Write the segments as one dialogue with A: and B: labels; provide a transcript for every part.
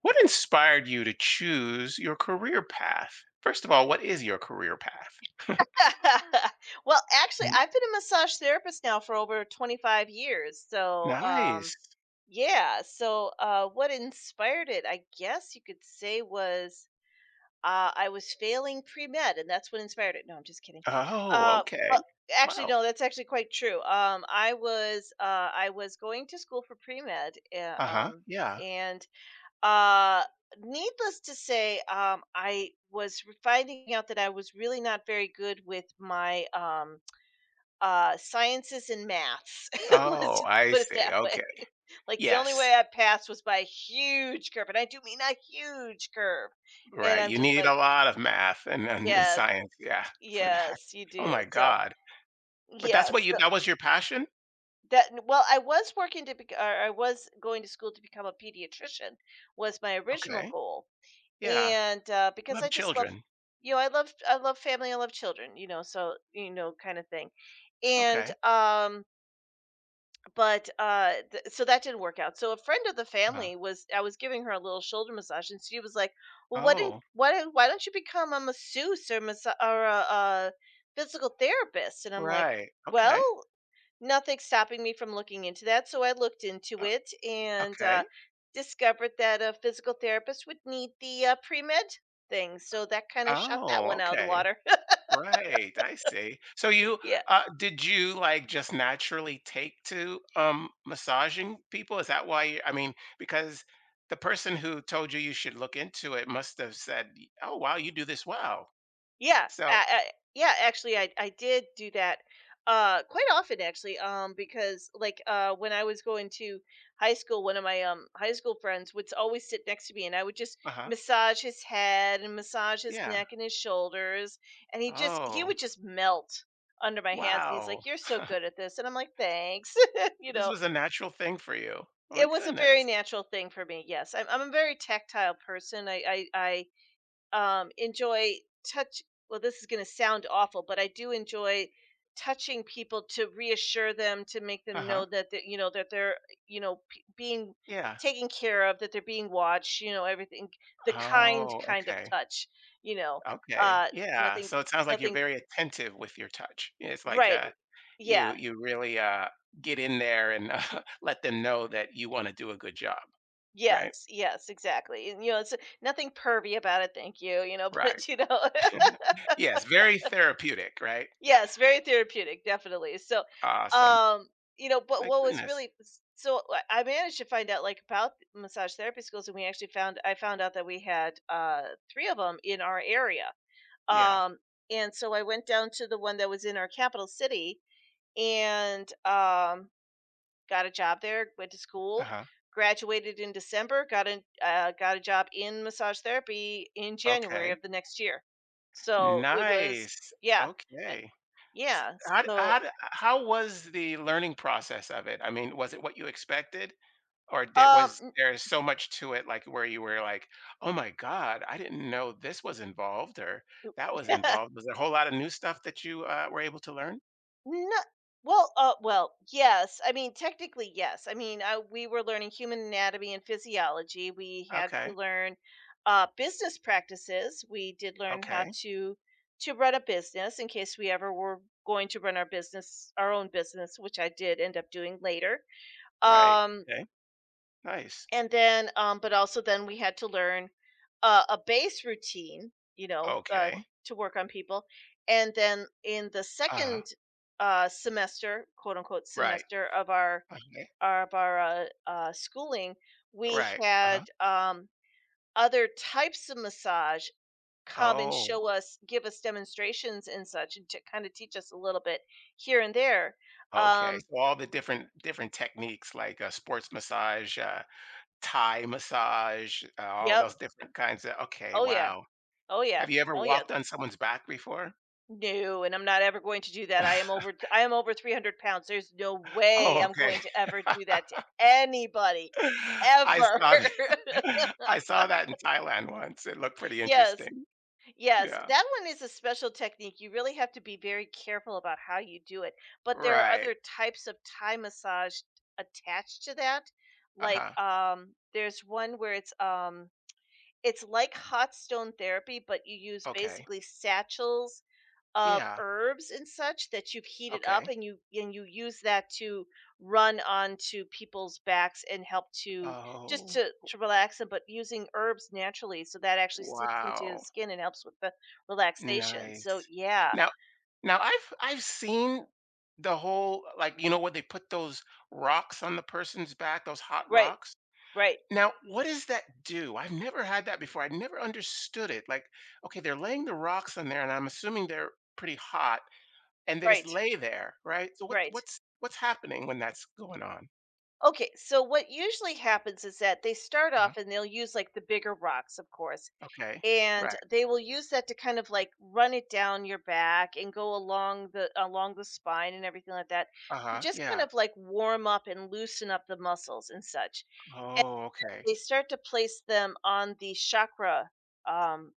A: What inspired you to choose your career path? First of all, what is your career path?
B: Well, actually,
A: N-
B: I've been a massage therapist now for over 25 years. So,
A: Nice.
B: yeah. So, what inspired it, I guess you could say, was I was failing pre med, and that's what inspired it. No, I'm just kidding.
A: Oh,
B: Uh,
A: okay.
B: well, actually,
A: Wow.
B: no, that's actually quite true. I was going to school for pre med,
A: Uh-huh.
B: um,
A: Yeah.
B: and uh, needless to say, I finding out that I was really not very good with my sciences and maths. Let's
A: Oh,
B: just
A: I
B: put it
A: see.
B: that way.
A: Okay.
B: Like, the only
A: Yes.
B: way I passed was by a huge curve, and I do mean a huge curve. And
A: Right.
B: I'm
A: You
B: just
A: need
B: like,
A: a lot of math and
B: yes,
A: science, yeah, for that.
B: yes, you
A: Oh
B: do.
A: my
B: So,
A: God. But
B: yeah. so
A: that was your passion?
B: that Well, I was going to school to become a pediatrician, was my original
A: Okay.
B: goal.
A: Yeah.
B: And because I
A: Love
B: just love,
A: children.
B: I love family, I love children, so, kind of thing. And,
A: Okay.
B: but so that didn't work out. So a friend of the
A: Uh,
B: family I was giving her a little shoulder massage, and she was like, "Well, what? Didn't,
A: oh,
B: why don't you become a masseuse or a physical therapist?" And I'm like,
A: right.
B: "Well,
A: Okay.
B: nothing stopping me from looking into that." So I looked into
A: Uh,
B: it and
A: okay.
B: discovered that a physical therapist would need the pre med thing. So that kind of shot that
A: Oh,
B: one out of the
A: okay.
B: water.
A: Right, I see. So you
B: Yeah.
A: did you like just naturally take to massaging people? Is that why you I mean, because the person who told you you should look into it must have said, "Oh, wow, you do this well."
B: Yeah,
A: So,
B: I yeah, actually, I did do that, quite often, actually, because, like, when I was going to high school, one of my high school friends would always sit next to me, and I would just
A: uh-huh.
B: massage his head and massage his
A: Yeah.
B: neck and his shoulders, and he
A: Oh,
B: would just melt under my hands, and he's
A: wow.
B: like, "You're so good at this," and I'm like, "Thanks." You
A: This
B: know?
A: was a natural thing for you. Oh my
B: It was a
A: goodness.
B: very natural thing for me, yes. I'm a very tactile person. I enjoy touch. Well, this is going to sound awful, but I do enjoy touching people to reassure them, to make them
A: Uh-huh.
B: know that they're, being
A: Yeah.
B: taken care of, that they're being watched. You know, everything, the kind
A: Oh,
B: kind of
A: okay.
B: touch. You know,
A: Okay. Yeah.
B: nothing,
A: So it sounds like you're
B: nothing.
A: very attentive with your touch. It's like
B: Right?
A: You
B: Yeah.
A: you really, get in there and, let them know that you wanna do a good job, right?
B: Yes. Yes. Exactly. And, it's nothing pervy about it. Thank you. You know,
A: Right.
B: but, you know.
A: Yes, very therapeutic, right?
B: Yes, very therapeutic, definitely. So,
A: Awesome.
B: um, but
A: My
B: what was
A: goodness.
B: really, so I managed to find out, like, about massage therapy schools, and we actually found I found out that we had three of them in our area.
A: Yeah.
B: Um, and so I went down to the one that was in our capital city and got a job there. Went to school,
A: Uh-huh.
B: graduated in December, got a job in massage therapy in January
A: Okay.
B: of the next year. So it was,
A: Nice.
B: yeah,
A: Okay. S
B: yeah.
A: how d
B: So,
A: how d how was the learning process of it? I mean, was it what you expected? Or did
B: um
A: was there so much to it, like, where you were like, "Oh my God, I didn't know this was involved or that was
B: yeah,
A: involved." Was there a whole lot of new stuff that you, were able to learn?
B: no, well, well, yes, I mean, technically, yes, I mean, I we were learning human anatomy and physiology. We had to
A: Okay,
B: learn, business practices. We did learn how
A: okay,
B: to run a business in case we ever were going to run our own business, which I did end up doing later.
A: right,
B: um
A: okay, nice.
B: And then, but also then we had to learn a base routine, you know,
A: Okay,
B: to work on people. And then in the
A: uh
B: second semester, quote unquote
A: right,
B: semester, of our
A: okay,
B: of our uh, uh, schooling, we
A: right, uh-huh.
B: had other types of massage come and
A: Oh,
B: show us, give us demonstrations and such, and to kind of teach us a little bit here and there.
A: okay,
B: Um,
A: so all the different techniques like, sports massage, Thai massage, all
B: yep.
A: those different kinds of okay,
B: Oh yeah.
A: wow.
B: Oh yeah.
A: Have you ever
B: Oh yeah.
A: walked on someone's back before?
B: No, and I'm not ever going to do that. I am over 300 pounds. There's no way
A: Oh,
B: I'm
A: okay.
B: going to ever do that to anybody
A: I
B: ever.
A: saw that. I saw that in Thailand once. It looked pretty
B: Yes.
A: interesting.
B: Yes.
A: Yeah,
B: That one is a special technique. You really have to be very careful about how you do it. But there are
A: right,
B: other types of Thai massage attached to that. Like,
A: uh-huh,
B: there's one where it's like hot stone therapy, but you use
A: okay,
B: basically satchels of
A: yeah,
B: herbs and such that you've heated up,
A: okay.
B: and you use that to run onto people's backs and help to
A: Oh,
B: to relax them, but using herbs naturally so that actually seeps into the
A: wow.
B: skin and helps with the relaxation. So,
A: Nice.
B: yeah.
A: Now now, I've seen the whole like, you know what they put those rocks on the person's back, those hot
B: Right,
A: rocks.
B: right,
A: Now, what does that do? I've never had that before. I never understood it. Like, okay, they're laying the rocks on there and I'm assuming they're pretty hot, and they just
B: right,
A: lay there, right? So what
B: right.
A: what's what's happening when that's going on?
B: Okay, so what usually happens is that they start
A: Uh-huh.
B: off and they'll use, like, the bigger rocks, of course,
A: Okay.
B: and
A: Right.
B: they will use that to kind of, like, run it down your back and go along the spine and everything like that to
A: Uh-huh.
B: just kind
A: Yeah.
B: of, like, warm up and loosen up the muscles and such.
A: Oh, okay.
B: They start to place them on the chakra, um,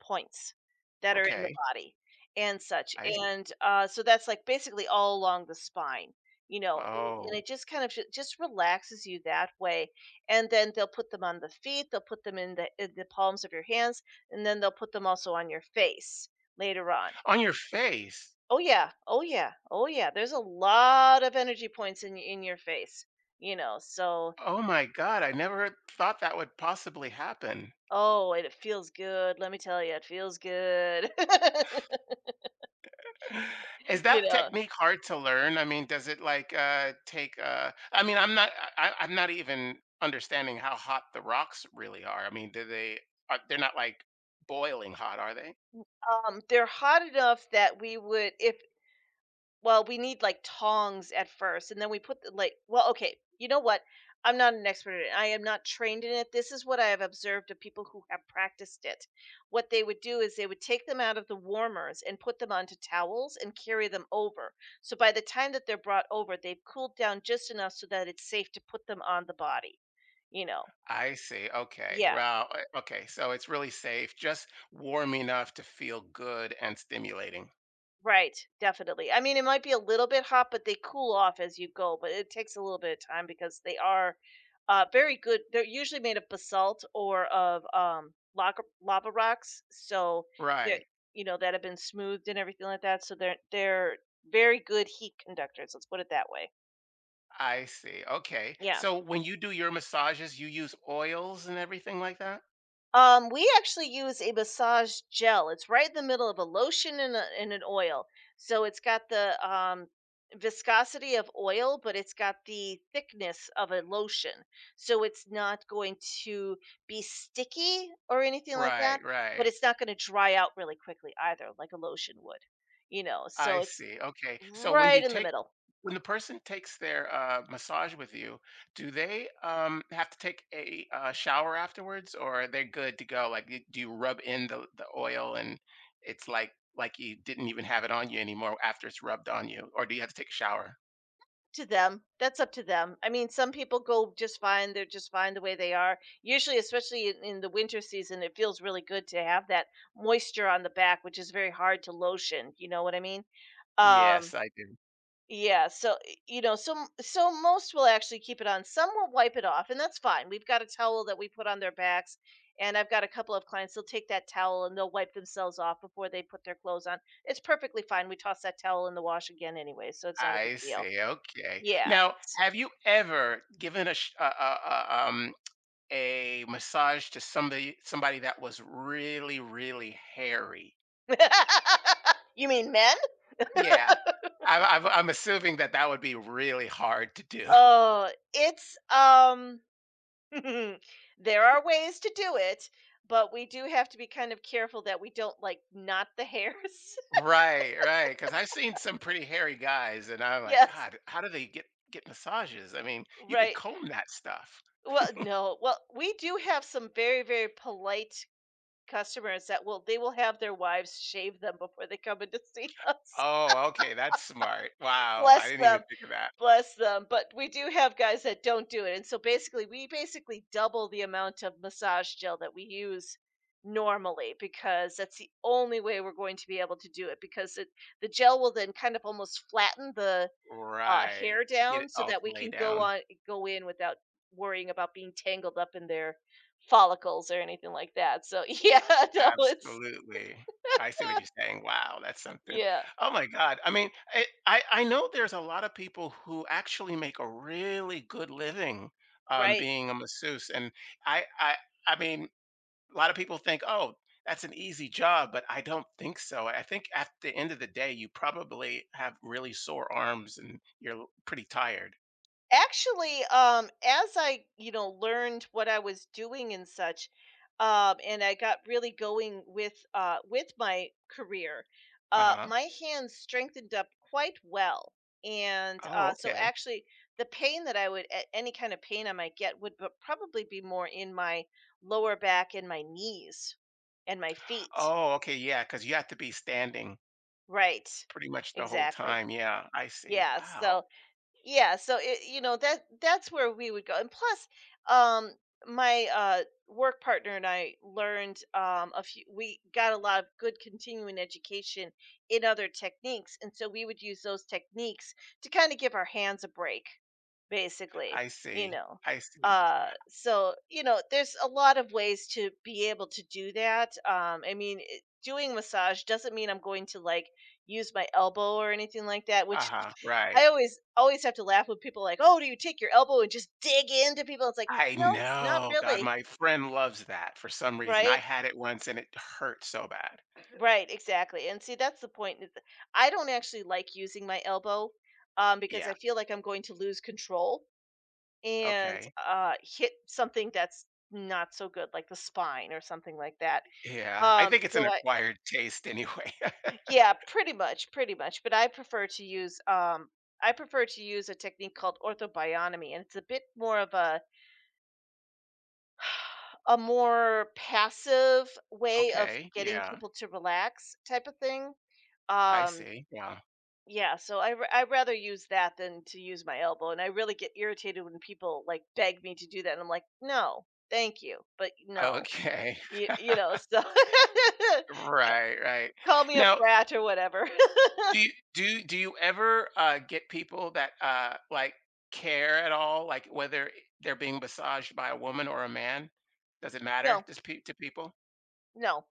B: points that are in the
A: Okay.
B: body and such,
A: I s-
B: and, so that's, like, basically all along the spine, you know, and
A: oh.
B: it just kind of ju just relaxes you that way, and then they'll put them on the feet, they'll put them in the palms of your hands, and then they'll put them also on your face later on.
A: On your face?
B: Oh, yeah. Oh, yeah. Oh, yeah. There's a lot of energy points in your face, you know, so.
A: Oh my God, I never thought that would possibly happen.
B: Oh, and it feels good. Let me tell you, it feels good.
A: Is
B: You
A: that
B: know,
A: technique hard to learn? I mean, does it like, take, I mean, I'm not even understanding how hot the rocks really are. I mean, do they are they're not like boiling hot, are they?
B: they're hot enough that we would if well, we need, like, tongs at first, and then we put the, like, well, okay, you know what? I'm not an expert in it. I am not trained in it. This is what I have observed of people who have practiced it. What they would do is they would take them out of the warmers and put them onto towels and carry them over. So by the time that they're brought over, they've cooled down just enough so that it's safe to put them on the body, you know?
A: I see, okay.
B: Yeah.
A: Wow, o okay, so it's really safe, just warm enough to feel good and stimulating.
B: Right, definitely. I mean, it might be a little bit hot, but they cool off as you go, but it takes a little bit of time because they are very good. They're usually made of basalt or of lava rocks, so they're
A: Right.
B: you know that have been smoothed and everything like that. So they're very good heat conductors. Let's put it that way.
A: I see. Okay.
B: Yeah.
A: So when you do your massages, you use oils and everything like that?
B: We actually use a massage gel. It's right in the middle of a lotion and an oil. So it's got the viscosity of oil, but it's got the thickness of a lotion. So it's not going to be sticky or anything like
A: Right,
B: that, but
A: right.
B: it's not going to dry out really quickly either, like a lotion would, you know.
A: I
B: So it's
A: see. Okay. So
B: right in the middle.
A: when the person takes their massage with you, do they have to take a shower afterwards, or are they good to go? Like, do you rub in the oil, and it's like you didn't even have it on you anymore after it's rubbed on you, or do you have to take a shower?
B: To them. That's up to them. I mean, some people go just fine. They're just fine the way they are. Usually, especially in the winter season, it feels really good to have that moisture on the back, which is very hard to lotion. You know what I mean? Um,
A: Yes, I do.
B: yeah. So, so most will actually keep it on. Some will wipe it off, and that's fine. We've got a towel that we put on their backs. And I've got a couple of clients, they'll take that towel and they'll wipe themselves off before they put their clothes on. It's perfectly fine. We toss that towel in the wash again anyway, so it's not a big
A: I
B: deal.
A: see, okay.
B: Yeah.
A: Now, have you ever given a sh a massage to somebody that was really, really hairy?
B: You mean men?
A: Yeah. I'm assuming that that would be really hard to do.
B: Oh, it's there are ways to do it, but we do have to be kind of careful that we don't, like, knot the hairs.
A: Right, right. Because 'cause I've seen some pretty hairy guys, and I'm like,
B: Yes.
A: "God, how do they get massages?" I mean, you could
B: Right.
A: comb that stuff.
B: Well, no. Well, we do have some very, very polite customers that will they will have their wives shave them before they come in to see us.
A: Oh, okay, that's smart. Wow, I
B: Bless
A: didn't even
B: them.
A: think of that.
B: Bless them, but we do have guys that don't do it, and so, basically we basically double the amount of massage gel that we use normally, because that's the only way we're going to be able to do it, because it the gel will then kind of almost flatten the
A: Right.
B: hair
A: Get
B: down
A: it
B: so
A: all
B: that
A: to
B: we
A: lay
B: can
A: down.
B: go in without worrying about being tangled up in their follicles or anything like that. So, yeah, no, it's,
A: Absolutely. I see what you're saying. Wow, that's something.
B: yeah,
A: Oh my God. I mean, I know there's a lot of people who actually make a really good living,
B: right.
A: being a masseuse. And I, I, I mean, a lot of people think, oh, that's an easy job, but I don't think so. I think at the end of the day, you probably have really sore arms and you're pretty tired.
B: Actually, as I, you know, learned what I was doing and such, and I got really going with with my career.
A: Uh huh.
B: My hands strengthened up quite well, and
A: Oh,
B: so
A: okay.
B: actually, the pain that I would any kind of pain I might get would probably be more in my lower back and my knees and my feet.
A: Oh, okay. Yeah. Cause you have to be standing
B: Right.
A: pretty much the whole
B: Exactly.
A: time. Yeah. I see.
B: Yeah.
A: Wow.
B: So it, you know that's where we would go. And plus um my work partner and I learned a few we got a lot of good continuing education in other techniques, and so we would use those techniques to kind of give our hands a break, basically,
A: I
B: you
A: see,
B: know.
A: I see.
B: So you know, there's a lot of ways to be able to do that. I mean, doing massage doesn't mean I'm going to, like, use my elbow or anything like that, which
A: Uh-huh, right.
B: I always always have to laugh when people are like, oh, do you take your elbow and just dig into people? It's like,
A: I
B: no, not
A: know, God,
B: really.
A: my friend loves that for some reason. I
B: Right,
A: had it once and it hurt so bad.
B: right, exactly. And see, that's the point, is that I don't actually like using my elbow, because
A: Yeah,
B: I feel like I'm going to lose control and
A: okay.
B: hit something that's not so good, like the spine or something like that.
A: Yeah, I
B: Um,
A: think it's an
B: so I,
A: acquired taste anyway.
B: yeah, pretty much, pretty much. But I prefer to use, a technique called orthobionomy, and it's a bit more of a a more passive way of
A: Okay,
B: getting
A: yeah,
B: people to relax, type of thing.
A: I
B: Um,
A: see, yeah.
B: yeah, so I rather use that than to use my elbow, and I really get irritated when people like beg me to do that, and I'm like, no, thank you, but no.
A: Okay.
B: You you know, so
A: Right, right.
B: call me a
A: Now,
B: brat or whatever.
A: do you ever, get people that, like, care at all? Like, whether they're being massaged by a woman or a man? Does it matter?
B: No,
A: Does pe to people?
B: no,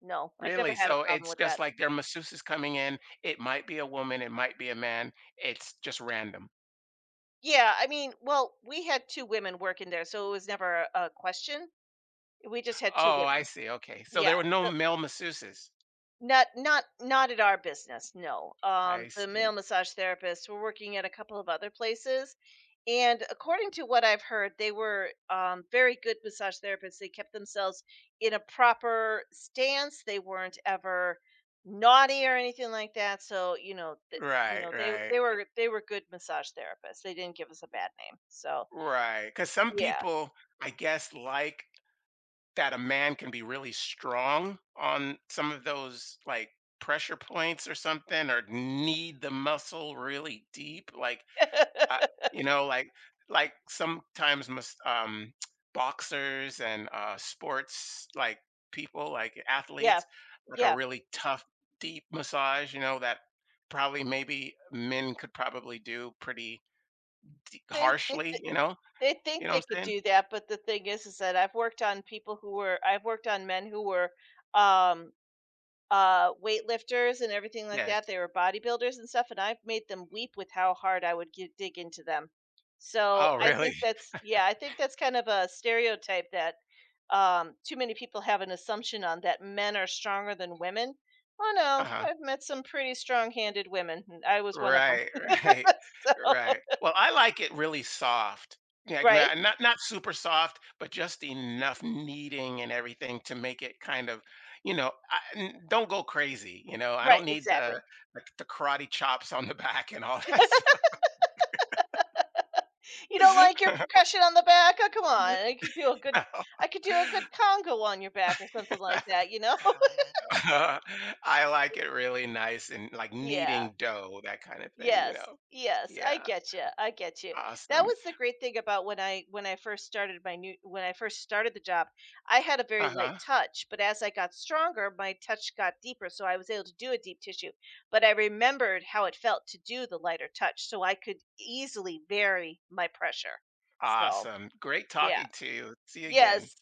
B: no, I've never
A: Really?
B: had a
A: So
B: problem
A: it's
B: with
A: just
B: that.
A: like their masseuse is coming in. It might be a woman, it might be a man. It's just random.
B: Yeah, I mean, well, we had 2 women working there, so it was never a question. We just had 2
A: Oh, I
B: women.
A: see. Okay. So
B: Yeah.
A: there were no
B: So
A: male masseuses.
B: not at our business, no.
A: I
B: The
A: see.
B: male massage therapists were working at a couple of other places, and according to what I've heard, they were very good massage therapists. They kept themselves in a proper stance. They weren't ever naughty or anything like that. So you know,
A: Right,
B: they
A: right,
B: were good massage therapists. They didn't give us a bad name. So
A: right. Because some
B: yeah,
A: people, I guess, like that a man can be really strong on some of those, like, pressure points or something, or need the muscle really deep. Like I you know, like like sometimes must boxers and sports like people like
B: yeah,
A: athletes like a
B: yeah.
A: really tough deep massage, you know, that probably maybe men could probably do pretty
B: They, they
A: harshly, you know?
B: They
A: You
B: think
A: know
B: they
A: what I'm
B: could
A: saying?
B: do that, but the thing is that I've worked on men who were, um, weightlifters and everything like
A: Yes.
B: that. They were bodybuilders and stuff, and I've made them weep with how hard I would gi dig into them. So,
A: Oh, really?
B: I think that's kind of a stereotype that, too many people have an assumption on, that men are stronger than women. Oh, no,
A: Uh-huh.
B: I've met some pretty strong-handed women, and I was one of them.
A: Right, right,
B: So
A: right. Well, I like it really soft. Yeah,
B: right,
A: not super soft, but just enough kneading and everything to make it kind of, you know, don't go crazy. You know, I
B: right,
A: don't need
B: exactly.
A: the karate chops on the back and all that stuff.
B: You don't like your percussion on the back? Oh, come on. I could do a good congo on your back or something like that, you know?
A: I like it really nice and like
B: Yeah.
A: kneading dough, that kind of thing. You
B: Yes.
A: know.
B: Yes, I
A: Yeah.
B: get you. I get you. That
A: Awesome.
B: was the great thing about when I first started my new when I first started the job, I had a very
A: Uh
B: light
A: huh.
B: touch, but as I got stronger, my touch got deeper, so I was able to do a deep tissue. But I remembered how it felt to do the lighter touch, so I could easily vary my pressure. So,
A: Awesome. Great
B: yeah.
A: talking to you. See you again.
B: Yes,